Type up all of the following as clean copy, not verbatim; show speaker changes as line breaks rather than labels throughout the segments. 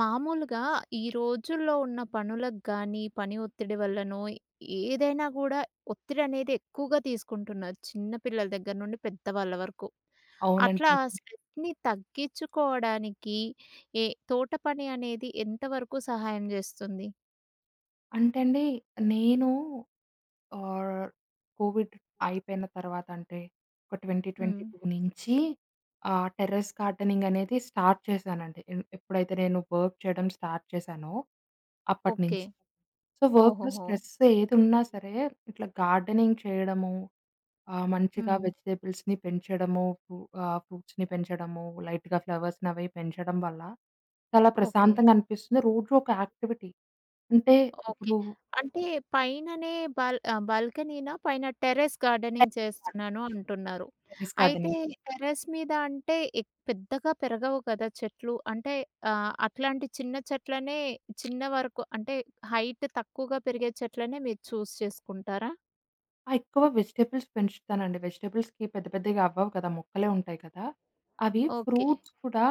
మామూలుగా ఈ రోజుల్లో ఉన్న పనులకు గాని, పని ఒత్తిడి వల్లనో, ఏదైనా గూడా ఒత్తిడనేది ఎక్కువగా తీసుకుంటున్నారు. చిన్న పిల్లల దగ్గర నుండి పెద్దవాళ్ళ వరకు.
అవునండి.
అట్లా
నిజమే.
స్ట్రెస్‌ని తగ్గించుకోవడానికి ఏ తోట పని అనేది ఎంతవరకు సహాయం జేస్తుంది?
అంటే అండి నేను ఆహ్, కోవిడ్ అయిపోయిన తర్వాత అంటే ఒక
హ్మ్.
2022 నుంచి టెర్రస్ గార్డెనింగ్ అనేది స్టార్ట్ చేశానండి. ఎప్పుడైతే నేను వర్క్ చేయడం స్టార్ట్ చేశానో
ఓకే.
అప్పటినుంచి. సో, వర్క్‌లో
ఓహోహో!
స్ట్రెస్ ఏదున్నా సరే ఇట్లా గార్డెనింగ్ చేయడము, మంచిగా
హ్మ్.
వెజిటబుల్స్‌ని పెంచడము, ఫ్రూట్స్‌ని పెంచడము, లైట్‌గా ఫ్లవర్స్‌ని అవి పెంచడం వల్ల చాలా
ఓకే.
ప్రశాంతంగా అనిపిస్తుంది. రోజు ఒక యాక్టివిటీ. అంటే
ఓకే.
ఇప్పుడు
అంటే పైననే బాల్కనీనా? పైన టెర్రస్ గార్డెనింగ్ చేస్తున్నాను అంటున్నారు.
టెర్రస్
అయితే
గార్డెనింగ్.
టెర్రస్ మీద అంటే పెద్దగా పెరగవు కదా చెట్లు. అంటే అట్లాంటి చిన్న చెట్లనే చిన్న వరకు అంటే హైట్ తక్కువగా పెరిగే చెట్లనే మీరు చూజ్ చేసుకుంటారా?
ఆ! ఎక్కువ వెజిటబుల్స్ పెంచుతానండి. వెజిటబుల్స్‌కి పెద్ద పెద్దగా అవ్వవు కదా! మొక్కలే ఉంటాయి కదా! అవి
ఓకే.
ఫ్రూట్స్ కూడా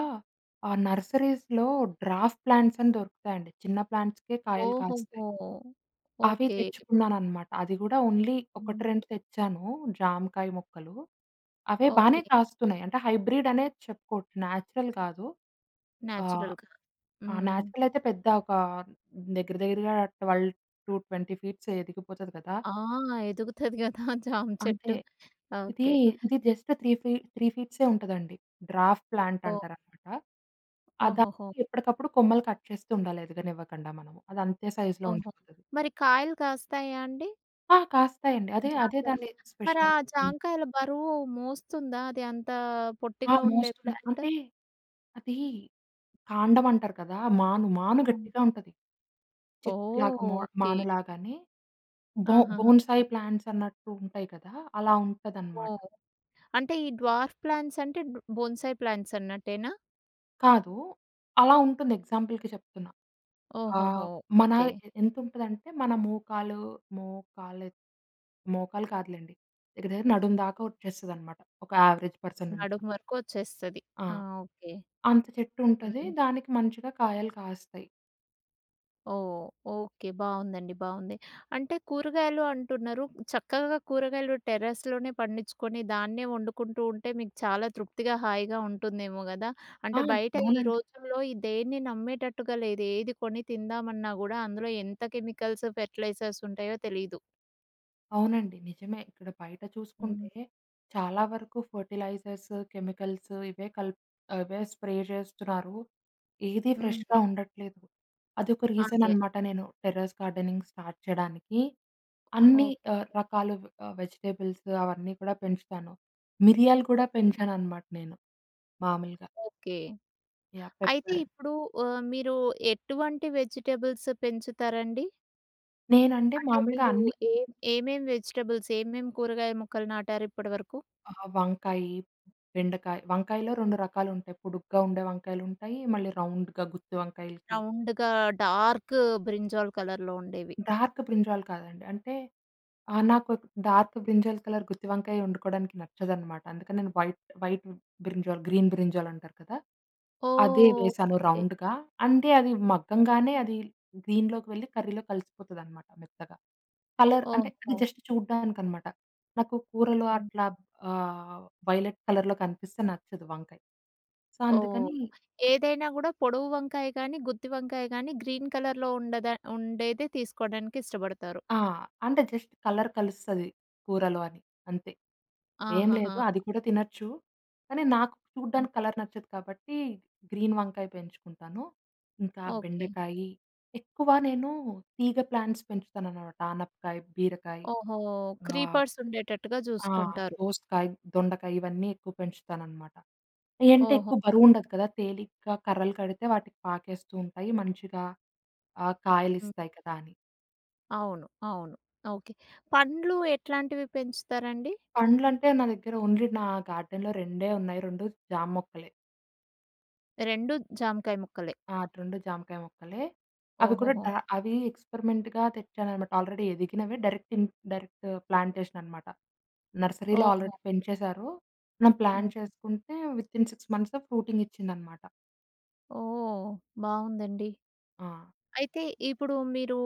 నర్సరీస్‌లో డ్రాఫ్ట్ ప్లాంట్స్ అని దొరుకుతాయండి. చిన్న ప్లాంట్స్‌కే కాయలు కాస్తాయి.
ఓహోహో!
అవి
ఓకే.
తెచ్చుకున్నాననమాట. అది కూడా ఓన్లీ 1,
హ్మ్.
2 తెచ్చాను జామకాయ మొక్కలు. అవే బానే
ఓకే.
కాస్తున్నాయి. అంటే హైబ్రిడ్ అనే చెప్పుకోవచ్చు. నేచురల్ కాదు. ఆహ్,
నేచురల్‌గా.
ఆ!
హ్మ్.
నేచురల్ అయితే పెద్ద ఒక దగ్గర దగ్గరగా 12-20 ఫీట్స్ ఎదిగిపోతది కదా!
ఆ! ఎదుగుతది గదా! జామ
అదే.
చెట్టు.
ఇది,
ఓకే.
ఇది జస్ట్ 3 ఫీట్సే ఉంటదండి. Dwarf plant
oh!
అంటారనమాట. ఆ
ఓహోహో!
దానికి ఎప్పటికప్పుడు కొమ్మలు కట్ చేస్తూ ఉండాలి ఎదగనివ్వకండా మనము. అది అంతే సైజులో
ఓహో!
ఉండిపోతది.
మరి కాయలు కాస్తాయా అండి?
ఆ! కాస్తాయండి. అదే
జాంకాయలు.
దాని
మరి ఆ
స్పెషాలిటీ అన్నమాట.
జాంకాయల బరువు మోస్తుందా? అది అంత
ఆ!
పొట్టిగా ఉండే
మోస్తుంది.
ప్లాంట్?
అంటే అది కాండం అంటారు కదా! మాను
అవును.
గట్టిగా ఉంటది.
ఓహ్!
చెట్టులాగా
ఓకే.
మానులాగానే
ఆహాహా!
బోన్సాయి ప్లాంట్స్ అన్నట్టు ఉంటాయి కదా! అలా ఉంటదనమాట.
ఓహ్! అంటే ఈ డ్వార్ఫ్ ప్లాంట్స్ అంటే బోన్సాయ్ ప్లాంట్స్ అన్నట్టేనా?
కాదు. అలా ఉంటుంది ఎగ్జాంపుల్‌కి చెప్తున్నా. ఆ!
ఓహోహో!
మన
ఓకే.
ఎంతుంటదంటే మన మోకాలు, మోకాలు మోకాలు కాదులెండి. దగ్గర దగ్గర నడుం దాకా వచ్చేస్తదనమాట. ఒక యావరేజ్ పర్సన్ నుంచి.
నడుము వరకు వచ్చేస్తది.
ఆ!
ఆ! ఓకే.
అంత చెట్టు ఉంటది.
హ్మ్.
దానికి మంచిగా కాయలు కాస్తాయి.
ఓహ్! ఓకే. బావుందండి. బావుంది. అంటే కూరగాయలు అంటున్నారు. చక్కగా కూరగాయలు టెర్రస్‌లోనే పండించుకొని దాన్నే వండుకుంటూ ఉంటే మీకు చాలా తృప్తిగా, హాయిగా ఉంటుందేమో గదా!
ఆ!
అంటే బయట ఈ
అవునండి.
రోజుల్లో ఈ దేన్ని నమ్మేటట్టుగా లేదు. ఏది కొని తిందామన్నా గూడా అందులో ఎంత కెమికల్స్, ఫెర్టిలైజర్స్ ఉంటాయో తెలీదు.
అవునండి. నిజమే. ఇక్కడ బయట
హ్మ్.
చూసుకుంటే చాలా వరకు ఫెర్టిలైజర్స్, కెమికల్స్ ఇవే కల్ప్ అవే స్ప్రే చేస్తున్నారు. ఏది
హ్మ్.
ఫ్రెష్‌గా ఉండట్లేదు. అదొక
అదే.
రీజన్
అదే.
అన్నమాట నేను టెర్రస్ గార్డెనింగ్ స్టార్ట్ చేయడానికి. అన్ని
ఓకే.
రకాలు వెజిటబుల్స్ అవన్నీ కూడా పెంచుతాను. మిరియాలు కూడా పెంచానన్నమాట నేను మామూలుగా.
ఓకే.
యాహ్!
అయితే
పెప్పర్
ఇప్పుడు మీరు ఎటువంటి వెజిటబుల్స్ పెంచుతారండి?
నేనంటే
అంటే
మామూలుగా
మీరు
అన్ని
ఏ ఏమేం వెజిటబుల్స్, ఏమేం కూరగాయ ముక్కలు నాటారు ఇప్పటివరకు?
ఆ! వంకాయి, బెండకాయ. వంకాయలో 2 రకాలుంటాయి. పొడుగ్గా ఉండే వంకాయలుంటాయి. మళ్ళీ రౌండ్‌గా గుత్తి వంకాయలకి.
రౌండ్‌గా డార్క్ బ్రింజాల్ కలర్‌లో ఉండేవి.
డార్క్ బ్రింజాల్ కాదండి. అంటే ఆ! నాకు డార్క్ బ్రింజాల్ కలర్ గుత్తి వంకాయ వండుకోవడానికి నచ్చదనమాట. అందుకని నేను వైట్ బ్రింజాల్, గ్రీన్ బ్రింజాల్ అంటారు కదా! అదే
ఓహ్!
వేశాను
ఓకే.
రౌండ్‌గా. అంటే అది మగ్గంగానే అది గ్రీన్‌లోకి వెళ్లి కర్రీలో కలిసిపోతదనమాట మెత్తగా. కలర్ అంటే అది
ఓహో!
జస్ట్ చూడ్డానికనమాట. నాకు కూరలో
హ్మ్.
అట్లా ఆహ్, వైలెట్ కలర్‌లో కనిపిస్తే నచ్చదు వంకాయ. So,
oh!
అందుకని
ఏదైనా గూడా పొడవు వంకాయ గానీ, గుత్తి వంకాయ గానీ గ్రీన్ కలర్‌లో ఉండదా ఉండేదే తీసుకోడానికి ఇష్టపడతారు.
ఆ! అంటే జస్ట్ కలర్ కలుస్తది కూరలో అని అంతే. ఏం
ఆహాహా!
లేదు అది కూడా తినొచ్చు. కానీ నాకు
హ్మ్.
చూడ్డానికి కలర్ నచ్చదు కాబట్టి గ్రీన్ వంకాయ పెంచుకుంటాను. ఇంకా
ఓకే.
బెండకాయి, ఎక్కువ నేను తీగ ప్లాంట్స్ పెంచుతాననమాట. ఆనపకాయ, బీరకాయ
ఓహో!
ఆహ్,
క్రీపర్స్ ఉండేటట్టుగా
ఆ!
చూసుకుంటారు.
దోసకాయ, దొండకాయ ఇవన్నీ ఎక్కువ పెంచుతాననమాట. ఏంటే ఎక్కువ
ఓహోహో!
బరువుండదు కదా! తేలిగ్గా కర్రలు కడితే వాటికి పాకేస్తూ ఉంటాయి. మంచిగా
హ్మ్.
కాయలిస్తాయి కదా! అని.
అవును. అవును. ఓకే. పండ్లు ఎట్లాంటివి పెంచుతారండి?
పండ్లంటే నా దగ్గర ఓన్లీ నా గార్డెన్‌లో 2 ఉన్నాయి. 2 జామ మొక్కలే.
2 జామకాయ ముక్కలే.
ఆ! 2 జామకాయ మొక్కలే. అవి కూడా డ
ఓహోహో!
అవి ఎక్స్పెరిమెంట్‌గా తెచ్చాననమాట. ఆల్రెడీ ఎదిగినవే డైరెక్ట్ ప్లాంటేషన్ అనమాట. నర్సరీలో
ఓహో!
ఆల్రెడీ పెంచేశారు. మనం ప్లాన్
హ్మ్.
చేసుకుంటే వితిన్ 6 మంత్స్‌లో ఫ్రూటింగ్ ఇచ్చిందనమాట.
ఓహ్! బావుందండి.
ఆ!
అయితే ఇప్పుడు మీరు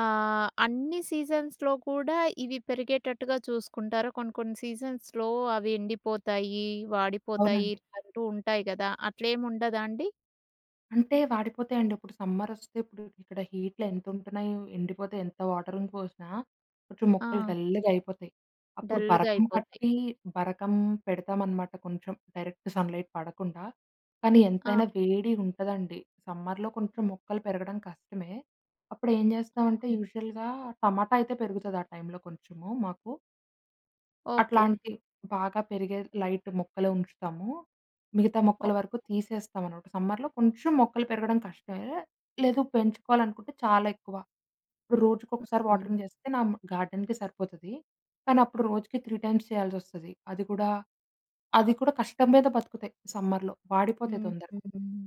అన్ని సీజన్స్‌లో కూడా ఇవి పెరిగేటట్టుగా చూసుకుంటారా? కొన్ని కొన్ని సీజన్స్‌లో అవి ఎండిపోతాయి, వాడిపోతాయి
అవునండి.
ఇట్లాంటివి ఉంటాయి గదా! అట్లేమి ఉండదా అండి?
అంటే వాడిపోతాయండి. ఇప్పుడు సమ్మరొస్తే ఇప్పుడు ఇక్కడ హీట్‌లు ఎంతుంటున్నాయో, ఎండిపోతే ఎంత వాటరును పోసినా కొంచెం
ఆ!
మొక్కలు డల్‌గా అయిపోతాయి. అప్పుడు
డల్‌గా
బరకం
అయిపోతాయి.
కట్టి, బరకం పెడతామనమాట కొంచెం డైరెక్ట్ సన్‌లైట్ పడకుండా. కానీ
ఆ!
ఎంతైనా వేడి ఉంటదండి. సమ్మర్‌లో కొంచెం మొక్కలు పెరగడం కష్టమే. అప్పుడేం జేస్తామంటే
ఆ!
యూజువల్‌గా టమాటా అయితే పెరుగుతది ఆ టైంలో కొంచెము మాకు.
ఓకే.
అట్లాంటి బాగా పెరిగే లైట్ మొక్కలే ఉంచుతాము. మిగతా మొక్కల
ఓహ్!
వరకు తీసేస్తామనమాట. సమ్మర్‌లో కొంచెం మొక్కలు పెరగడం కష్టమే. లేదు పెంచుకోవాలనుకుంటే చాలా ఎక్కువ. ఇప్పుడు రోజుకొకసారి
హ్మ్.
వాటరింగ్ చేస్తే నా గార్డెన్‌కి సరిపోతది. కానీ అప్పుడు రోజుకి 3 టైమ్స్ చేయాల్సొస్తది. అది కూడా కష్టం మీద బతుకుతాయి సమ్మర్‌లో. వాడిపోతాయి
హ్మ్.
తొందరగా.
హ్మ్.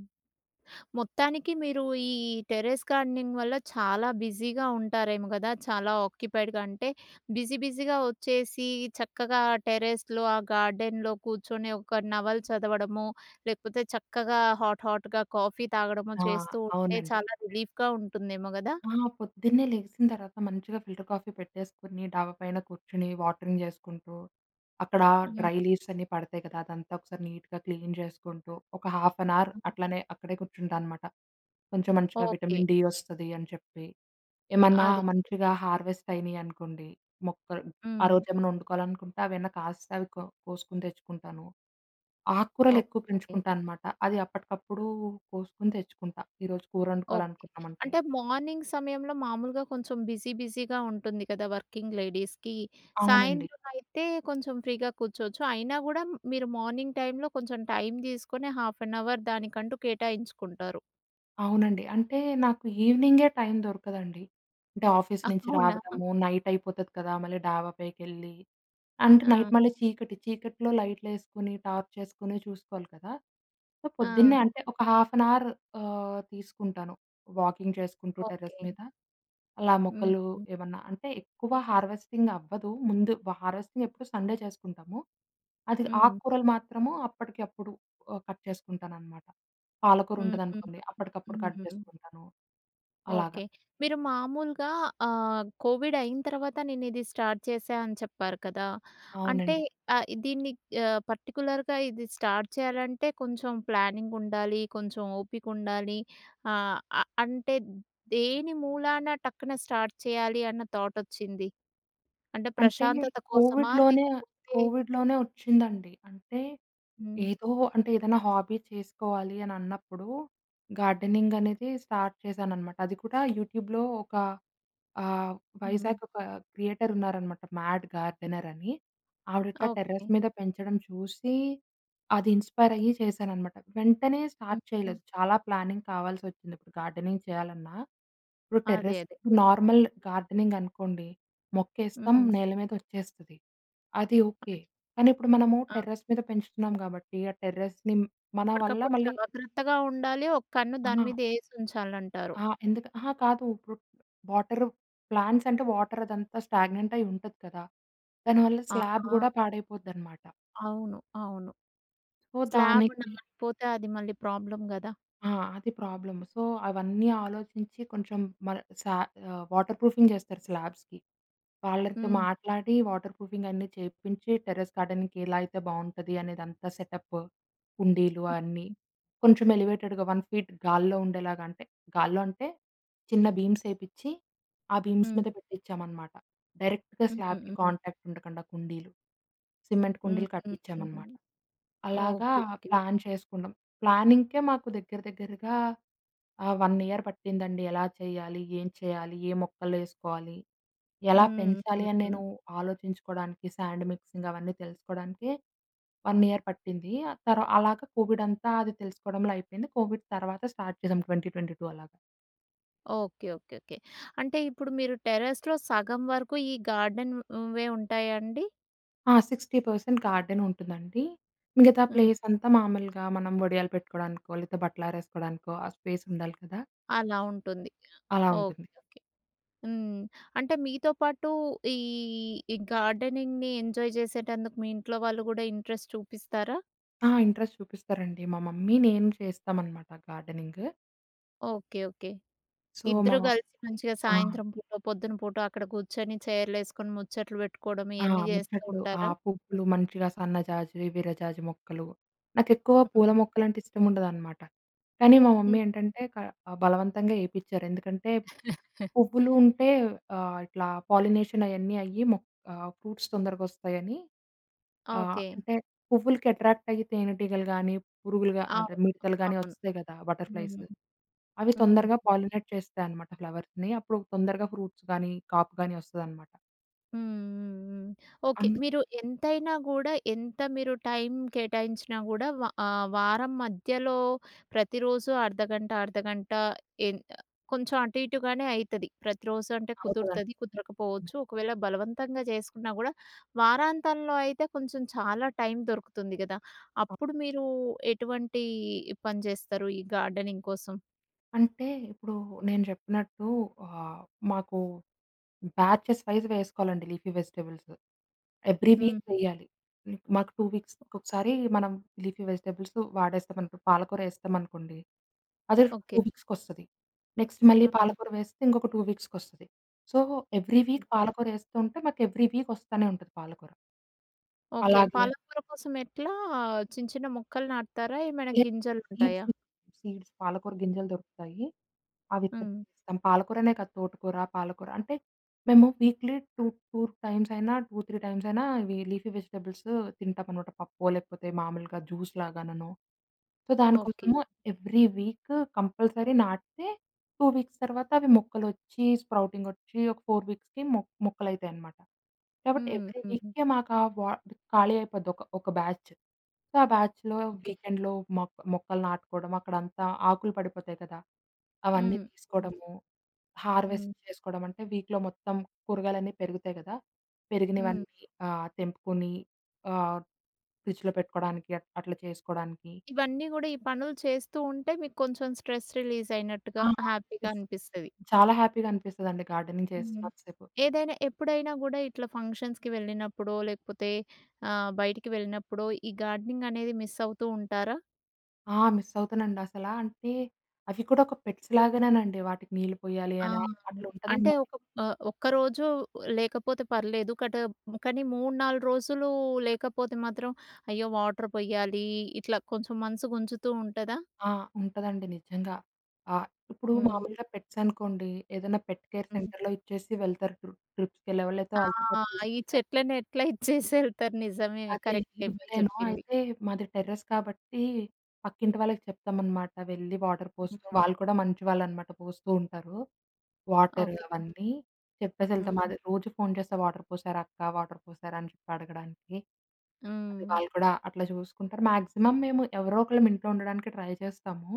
మొత్తానికి మీరు ఈ టెర్రస్ గార్డెనింగ్ వల్ల చాలా బిజీగా ఉంటారేమో గదా! చాలా ఆక్యుపైడ్‌గా అంటే బిజీ బిజీగా వచ్చేసి చక్కగా టెర్రస్‌లో ఆ గార్డెన్‌లో కూర్చొని ఒక నవల చదవడము, లేకపోతే చక్కగా హాట్ హాట్‌గా కాఫీ తాగడము
ఆ!
చేస్తూ ఉంటే
అవునండి.
చాలా రిలీఫ్‌గా ఉంటుందేమో గదా!
ఆ! పొద్దున్నే లెగిసిన తర్వాత మంచిగా ఫిల్టర్ కాఫీ పెట్టేసుకొని, డాబా పైన కూర్చొని వాటరింగ్ చేసుకుంటూ, అక్కడ
హ్మ్.
డ్రై లీవ్స్ అన్నీ పడతాయి కదా! అదంతా ఒకసారి నీట్‌గా క్లీన్ చేసుకుంటూ, ఒక హాఫ్ అన్ అవర్
హ్మ్.
అట్లనే అక్కడే కూర్చుంటానమాట. కొంచెం మంచిగా
ఓకే.
విటమిన్ డి వస్తది అని చెప్పి, ఏమన్నా
అదే.
మంచిగా హార్వెస్ట్ అయినాయనుకోండి, మొక్కలు ఆ
హ్మ్.
రోజేమన్నా వండుకోవాలనుకుంటే అవైనా కాస్తే అవి కో కోసుకొని తెచ్చుకుంటాను. ఆకుకూరలు ఎక్కువ
ఓకే.
పెంచుకుంటా అనమాట. అది అప్పటికప్పుడు కోసుకొని తెచ్చుకుంటా. ఈరోజు కూర
ఓకే.
వండుకోవాలనుకున్నామంటే.
అంటే మార్నింగ్ సమయంలో మామూలుగా కొంచెం బిజీ బిజీగా ఉంటుంది కదా! వర్కింగ్ లేడీస్‌కి.
అవునండి.
సాయంత్రం అయితే కొంచెం ఫ్రీగా కూర్చోవచ్చు. అయినా గూడా మీరు మార్నింగ్ టైమ్‌లో కొంచెం టైం తీసుకొని హాఫ్ అన్ అవర్ దానికంటూ కేటాయించుకుంటారు.
అవునండి. అంటే నాకు ఈవెనింగే టైం దొరకదండి. అంటే ఆఫీస్ నుంచి
అవునా?
రావడము, నైట్ అయిపోతది కదా! మళ్ళీ డాబా పైకెళ్ళి అంటే
ఆ!
నైట్ మళ్ళీ చీకటి. చీకట్లో లైట్‌లేసుకొని, టార్చేసుకొని చూసుకోవాలి కదా! సో,
ఆ!
పొద్దున్నే అంటే ఒక హాఫ్ అన్ అవర్ తీసుకుంటాను. వాకింగ్ చేసుకుంటూ
ఓకే.
టెర్రస్ మీద. అలా
హ్మ్.
మొక్కలు
హ్మ్.
ఏమన్నా అంటే ఎక్కువ హార్వెస్టింగ్ అవ్వదు. ముందు హార్వెస్టింగ్ ఎప్పుడు సండే చేసుకుంటాము. అది
హ్మ్.
ఆకుకూరలు మాత్రము అప్పటికప్పుడు కట్ చేసుకుంటాననమాట. పాలకూర
హ్మ్. హ్మ్.
ఉంటదనుకోండి అప్పటికప్పుడు కట్
హ్మ్.
చేసుకుంటాను. అలాగా.
ఓకే. మీరు మామూలుగా కోవిడ్ అయిన తర్వాత నేనిది స్టార్ట్ చేశా అని చెప్పారు కదా! అంటే
అవునండి.
దీన్ని పర్టిక్యులర్‌గా ఇది స్టార్ట్ చేయాలంటే కొంచెం ప్లానింగ్ ఉండాలి. కొంచెం ఓపిక ఉండాలి. ఆహ్, అ అంటే దేని మూలాన టక్కున స్టార్ట్ చేయాలి అన్న థాట్ వచ్చింది? అంటే
అంటే
ప్రశాంతత కోసమా?
కోవిడ్‌లోనే
లేకపోతే
కోవిడ్‌లోనే వచ్చిందండి. అంటే
హ్మ్.
ఏదో అంటే ఏదైనా హాబీ చేసుకోవాలి అని అన్నప్పుడు గార్డెనింగ్ అనేది స్టార్ట్ చేశాననమాట. అది కూడా యూట్యూబ్‌లో ఒక ఆహ్,
హ్మ్.
వైజాగ్ ఒక క్రియేటర్ ఉన్నారనమాట 'మ్యాడ్ గార్డెనర్' అని. ఆవిడిట్లా
ఓకే.
టెర్రస్ మీద పెంచడం చూసి, అది ఇన్‌స్పైర్ అయ్యి చేశాననమాట. వెంటనే స్టార్ట్
హ్మ్. హ్మ్.
చేయలేదు. చాలా ప్లానింగ్ కావాల్సొచ్చింది. ఇప్పుడు గార్డెనింగ్ చేయాలన్నా, ఇప్పుడు
అదే.
టెర్రస్
అదే.
నార్మల్ గార్డెనింగ్ అనుకోండి, మొక్కేస్తాం
హ్మ్.
నేల మీద ఒచ్చేస్తది. అది ఓకే.
అదే.
కానీ ఇప్పుడు మనము టెర్రస్ మీద పెంచుతున్నాం గాబట్టి, ఆ టెర్రస్‌ని మన వల్ల
ఎప్పటికప్పుడు
మళ్ళీ
జాగ్రత్తగా ఉండాలి. ఒక కన్ను
ఆ!
దాని మీద యేసుంచాలంటారు.
ఆ! ఎందుక అహా! కాదు. ఇప్పుడు వాటరు ప్లాంట్స్ అంటే వాటర్ అదంతా స్టాగ్నెంట్ అయ్యి ఉంటది కదా! దానివల్ల
ఆ!
స్లాబ్
ఆ!
గూడా పాడైపోద్దనమాట.
అవును. అవును.
సో,
స్లాబ్
దానికి
నాలిపోతే అది మళ్ళీ ప్రాబ్లమ్ గదా!
ఆ! అది ప్రాబ్లమ్. సో, అవన్నీ ఆలోచించి కొంచెం మన సా వాటర్ ప్రూఫింగ్ చేస్తారు స్లాబ్స్‌కి. వాళ్ళతో
హ్మ్.
మాట్లాడి వాటర్ ప్రూఫింగ్ అన్నీ చేపించి టెర్రస్ గార్డెనింగ్‌కి ఎలా అయితే బావుంటది అనేదంతా సెటప్, కుండీలు
హ్మ్.
అన్నీ. కొంచెం ఎలివేటెడ్‌గా 1 ఫీట్ గాల్లో ఉండేలాగా అంటే, గాల్లో అంటే చిన్న బీమ్స్ ఏపిచ్చి, ఆ బీమ్స్
హ్మ్.
మీద పెట్టిచ్చామనమాట. డైరెక్ట్‌గా
హ్మ్.
స్లాబ్‌కి
హ్మ్.
కాంటాక్ట్ ఉండకుండా కుండీలు. సిమెంట్ కుండీలు
హ్మ్.
కట్టిచ్చామనమాట.
హ్మ్.
అలాగా
ఓకే. ఓకే.
ప్లాన్ చేసుకున్నాం. ప్లానింగ్‌కే మాకు దగ్గర దగ్గరగా 1 ఇయర్ పట్టిందండి. ఎలా చేయాలి? ఏం చేయాలి? ఏ మొక్కలేసుకోవాలి? ఎలా
హ్మ్.
పెంచాలి?
హ్మ్.
అని నేను
హ్మ్.
ఆలోచించుకోవడానికి సాండ్ మిక్సింగ్ అవన్నీ తెలుసుకోవడానికే 1 ఇయర్ పట్టింది. ఆ తర్వా అలాగా కోవిడ్ అంతా అది తెలుసుకోవడంలో అయిపోయింది. కోవిడ్ తర్వాత స్టార్ట్ చేసాం 2022 అలాగా.
ఓకే. ఓకే. ఓకే. అంటే ఇప్పుడు మీరు టెర్రస్‌లో సగం వరకు ఈ గార్డెన్ వే ఉంటాయా అండి?
ఆ! 60% గార్డెన్ ఉంటుందండి. మిగతా
హ్మ్.
ప్లేస్ అంతా మామూలుగా మనం వడియాలు పెట్టుకోవడానికో, లేతే బట్టలారేసుకోవడానికో ఆ స్పేస్ ఉండాలి కదా!
అలా ఉంటుంది.
అలా ఉంటుంది.
ఓకే. హ్మ్. అంటే మీతో పాటు ఈ, ఈ గార్డెనింగ్‌ని ఎంజాయ్ చేసేటందుకు మీ ఇంట్లో వాళ్ళు గూడా ఇంట్రెస్ట్ చూపిస్తారా?
ఆ! ఇంట్రెస్ట్ చూపిస్తారండి. మా మమ్మీ, నేను చేస్తామనమాట గార్డెనింగ్.
ఓకే. ఓకే.
సో, మా
ఇద్దరు కలిసి మంచిగా
ఆ!
సాయంత్రం పూట, పొద్దున పూట అక్కడ కూర్చొని చైర్‌లేసుకొని ముచ్చట్లు పెట్టుకోవడం
ఆ!
ఇయన్నీ చేస్తూ
ముచ్చట్లు, ఆ
ఉంటారా?
పువ్వులు మంచిగా సన్నజాజి, విరజాజి మొక్కలు. నాకెక్కువ పూల
హ్మ్.
మొక్కలంటే ఇష్టముండదనమాట. కానీ మా మమ్మీ
హ్మ్.
ఏంటంటే బలవంతంగా ఏపిచ్చారు. ఎందుకంటే పువ్వులు ఉంటే ఇట్లా పాలినేషన్ అయన్నీ అయ్యి ఫ్రూట్స్ తొందరగొస్తాయని ఆ!
ఓకే.
అంటే పువ్వులకి అట్రాక్ట్ అయ్యి తేనెటీగలు గాని, పురుగులు గా అంటే
అవును.
మిడతలు గాని
అవును.
వస్తాయి కదా! బటర్‌ఫ్లైస్.
హ్మ్.
అవి
హ్మ్.
తొందరగా పాలినేట్ చేస్తాయన్నమాట ఫ్లవర్స్‌ని. అప్పుడు తొందరగా ఫ్రూట్స్ గాని, కాపు గాని వస్తదన్నమాట.
హ్మ్. హ్మ్. హ్మ్. ఓకే.
అందు
మీరు ఎంతైనా గూడా, ఎంత మీరు టైం కేటాయించినా గూడా వారం మధ్యలో ప్రతిరోజు అర్ధగంట, అర్ధగంట ఎన్ కొంచెం అటు ఇటుగానే అయితది. ప్రతిరోజు అంటే
అవుతదండి.
కుదురుతది,
నిజమే.
కుదరకపోవచ్చు. ఒకవేళ బలవంతంగా చేసుకున్నా గూడా, వారాంతంలో అయితే కొంచెం చాలా టైం దొరుకుతుంది గదా! అప్పుడు మీరు ఎటువంటి పని జేస్తారు ఈ గార్డెనింగ్ కోసం?
అంటే ఇప్పుడు నేను చెప్పినట్టు ఆహ్, మాకు బ్యాచెస్ వైస్ వేసుకోవాలండి లీఫీ వెజిటబుల్స్. ఎవ్రీ వీక్
హ్మ్.
వెయ్యాలి. హ్మ్. మాకు 2 వీక్స్‌కొకసారి మనం లీఫీ వెజిటబుల్స్ వాడేస్తాం అనుకో పాలకూర ఏస్తామనుకోండి. అది
ఓకే.
2 వీక్స్‌కొస్తది. నెక్స్ట్ మళ్ళీ
హ్మ్.
పాలకూర వేస్తే ఇంకొక 2 వీక్స్‌కొస్తది. సో, ఎవ్రీ వీక్ పాలకూర ఏస్తూ ఉంటే మాకు ఎవ్రీ వీక్ వస్తానే ఉంటది పాలకూర.
ఓకే.
అలాగే
పాలకూర కోసం ఎట్లా చిన్న చిన్న మొక్కలు నాటుతారా? ఏమైనా
సీడ్స్,
గింజలుంటాయా?
సీడ్స్ పాలకూర గింజలు దొరుకుతాయి. అవి విత్తనం
హ్మ్.
వేస్తాం. పాలకూరనే కాదు తోటకూర, పాలకూర అంటే మేము వీక్‌లీ 2, 2 టైమ్స్ అయినా, 2, 3 టైమ్స్ అయినా ఇవి లీఫీ వెజిటబుల్స్ తింటామనమాట. పప్పో లేకపోతే మామూలుగా జ్యూస్ లాగాననో. So,
okay.
దానికోసము ఎవ్రీ వీక్ కంపల్సరీ నాటితే 2 వీక్స్ తర్వాత అవి మొక్కలొచ్చి, స్ప్రౌటింగొచ్చి ఒక 4 వీక్స్‌కి మొక్కలైతాయనమాట. కాబట్టి
హ్మ్.
ఎవ్రీ
హ్మ్.
వీక్‌కి మాకా వా ఖాళీ అయిపోద్ది ఒక బ్యాచ్. సో, ఆ బ్యాచ్‌లో
ఓకే.
వీకెండ్‌లో మొక్కలు నాటుకోవడం, అక్కడంతా ఆకులు పడిపోతాయి కదా! అవన్నీ
హ్మ్. హ్మ్.
తీసుకోవడము,
హ్మ్.
హార్వెస్ట్ చేసుకోవడం అంటే వీక్‌లో మొత్తం కూరగాయలన్నీ పెరుగుతాయి కదా!
హ్మ్.
పెరిగినవన్నీ తెంపుకొని ఆహ్, ఫ్రిడ్జ్‌లో పెట్టుకోవడానికి అట్లా చేసుకోవడానికి
ఇవన్నీ గూడా ఈ పనులు చేస్తూ ఉంటే మీకు కొంచెం స్ట్రెస్ రిలీజ్
ఆ!
అయినట్టుగా హ్యాపీగా
మిస్
అనిపిస్తది.
చాలా హ్యాపీగా అనిపిస్తదండి గార్డెనింగ్
హ్మ్.
చేస్తున్నంత సేపు.
ఏదైనా ఎప్పుడైనా గూడా ఇట్లా ఫంక్షన్స్‌కి వెళ్ళినప్పుడో, లేకపోతే బయటికి వెళ్ళినప్పుడో ఈ గార్డెనింగ్ అనేది మిస్ అవుతూ ఉంటారా?
ఆ! మిస్ అవుతానండి అసలా. అంటే అవి కూడా ఒక పెట్స్ లాగానేనండి. వాటికి నీళ్ళు పోయాలి
ఆ!
అని అట్లా
అంటే
ఉంటదనమాట.
ఒక ఒక్కరోజు లేకపోతే పర్లేదు. కానీ 3, 4 రోజులు లేకపోతే మాత్రం అయ్యో! వాటర్ పొయ్యాలి. ఇట్లా కొంచెం మనసు గుంజుతూ ఉంటదా?
ఆ! ఉంటదండి నిజంగా. ఆహ్, ఇప్పుడు
హ్మ్.
మామూలుగా పెట్స్ అనుకోండి ఏదైనా పెట్ కేర్
హ్మ్.
సెంటర్‌లో ఇచ్చేసి వెళ్తారు. ట్రిప్స్‌కెళ్ళేవాళ్ళు అయితే వాళ్ళతో
ఆ!
పాటు
ఈ
తీసుకెళ్తారు.
చెట్లని ఎట్లా ఇచ్చేసి ఎళ్తారు. నిజమే,
అదే
కరెక్టే మీరు
ఇవ్వలేను.
చెప్పింది.
అయితే మాది టెర్రస్ కాబట్టి పక్కింటి వాళ్ళకి చెప్తామనమాట. వెళ్ళి వాటర్
హ్మ్.
పోస్తూ వాళ్ళు కూడా మంచివాళ్ళనమాట పోస్తూ ఉంటారు. Water
okay.
అవన్నీ చెప్పేసెళ్తాం. హ్మ్.
హ్మ్.
అది రోజు ఫోను చేస్తా వాటర్ పోసారా అక్క, వాటర్ పోసారా అని చెప్పి అడగడానికి. అది
హ్మ్.
వాళ్ళు కూడా అట్లా చూసుకుంటారు. మాక్సిమం మేము ఎవరో ఒకళ్ళం ఇంట్లో ఉండడానికి ట్రై చేస్తాము.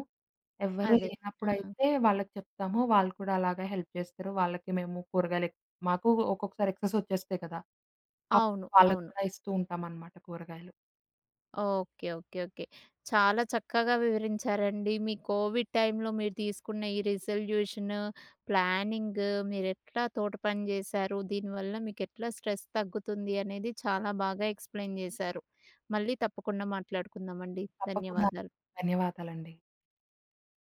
ఎవ్వరు
అదే. ఆ!
లేనప్పుడైతే వాళ్ళకి చెప్తాము. వాళ్ళు కూడా అలాగే హెల్ప్ చేస్తారు. వాళ్ళకి మేము కూరగాయలు ఎక్ మాకు ఒక్కొక్కసారి ఎక్సెస్ వచ్చేస్తాయి కదా! అప్పుడు
అవును.
వాళ్ళకి
అవును.
కూడా ఇస్తూ ఉంటామనమాట కూరగాయలు.
ఓకే. ఓకే. ఓకే. చాలా చక్కగా వివరించారండి. మీ కోవిడ్ టైంలో మీరు తీసుకున్న ఈ రిజల్యూషన్, ప్లానింగ్, మీరెట్లా తోట పని జేశారు, దీనివల్ల మీకెట్లా స్ట్రెస్ తగ్గుతుంది అనేది చాలా బాగా ఎక్స్‌ప్లెయిన్ జేశారు. మళ్ళీ తప్పకుండా మాట్లాడుకుందామండి.
తప్పకుండా
ధన్యవాదాలు.
ధన్యవాదాలండి.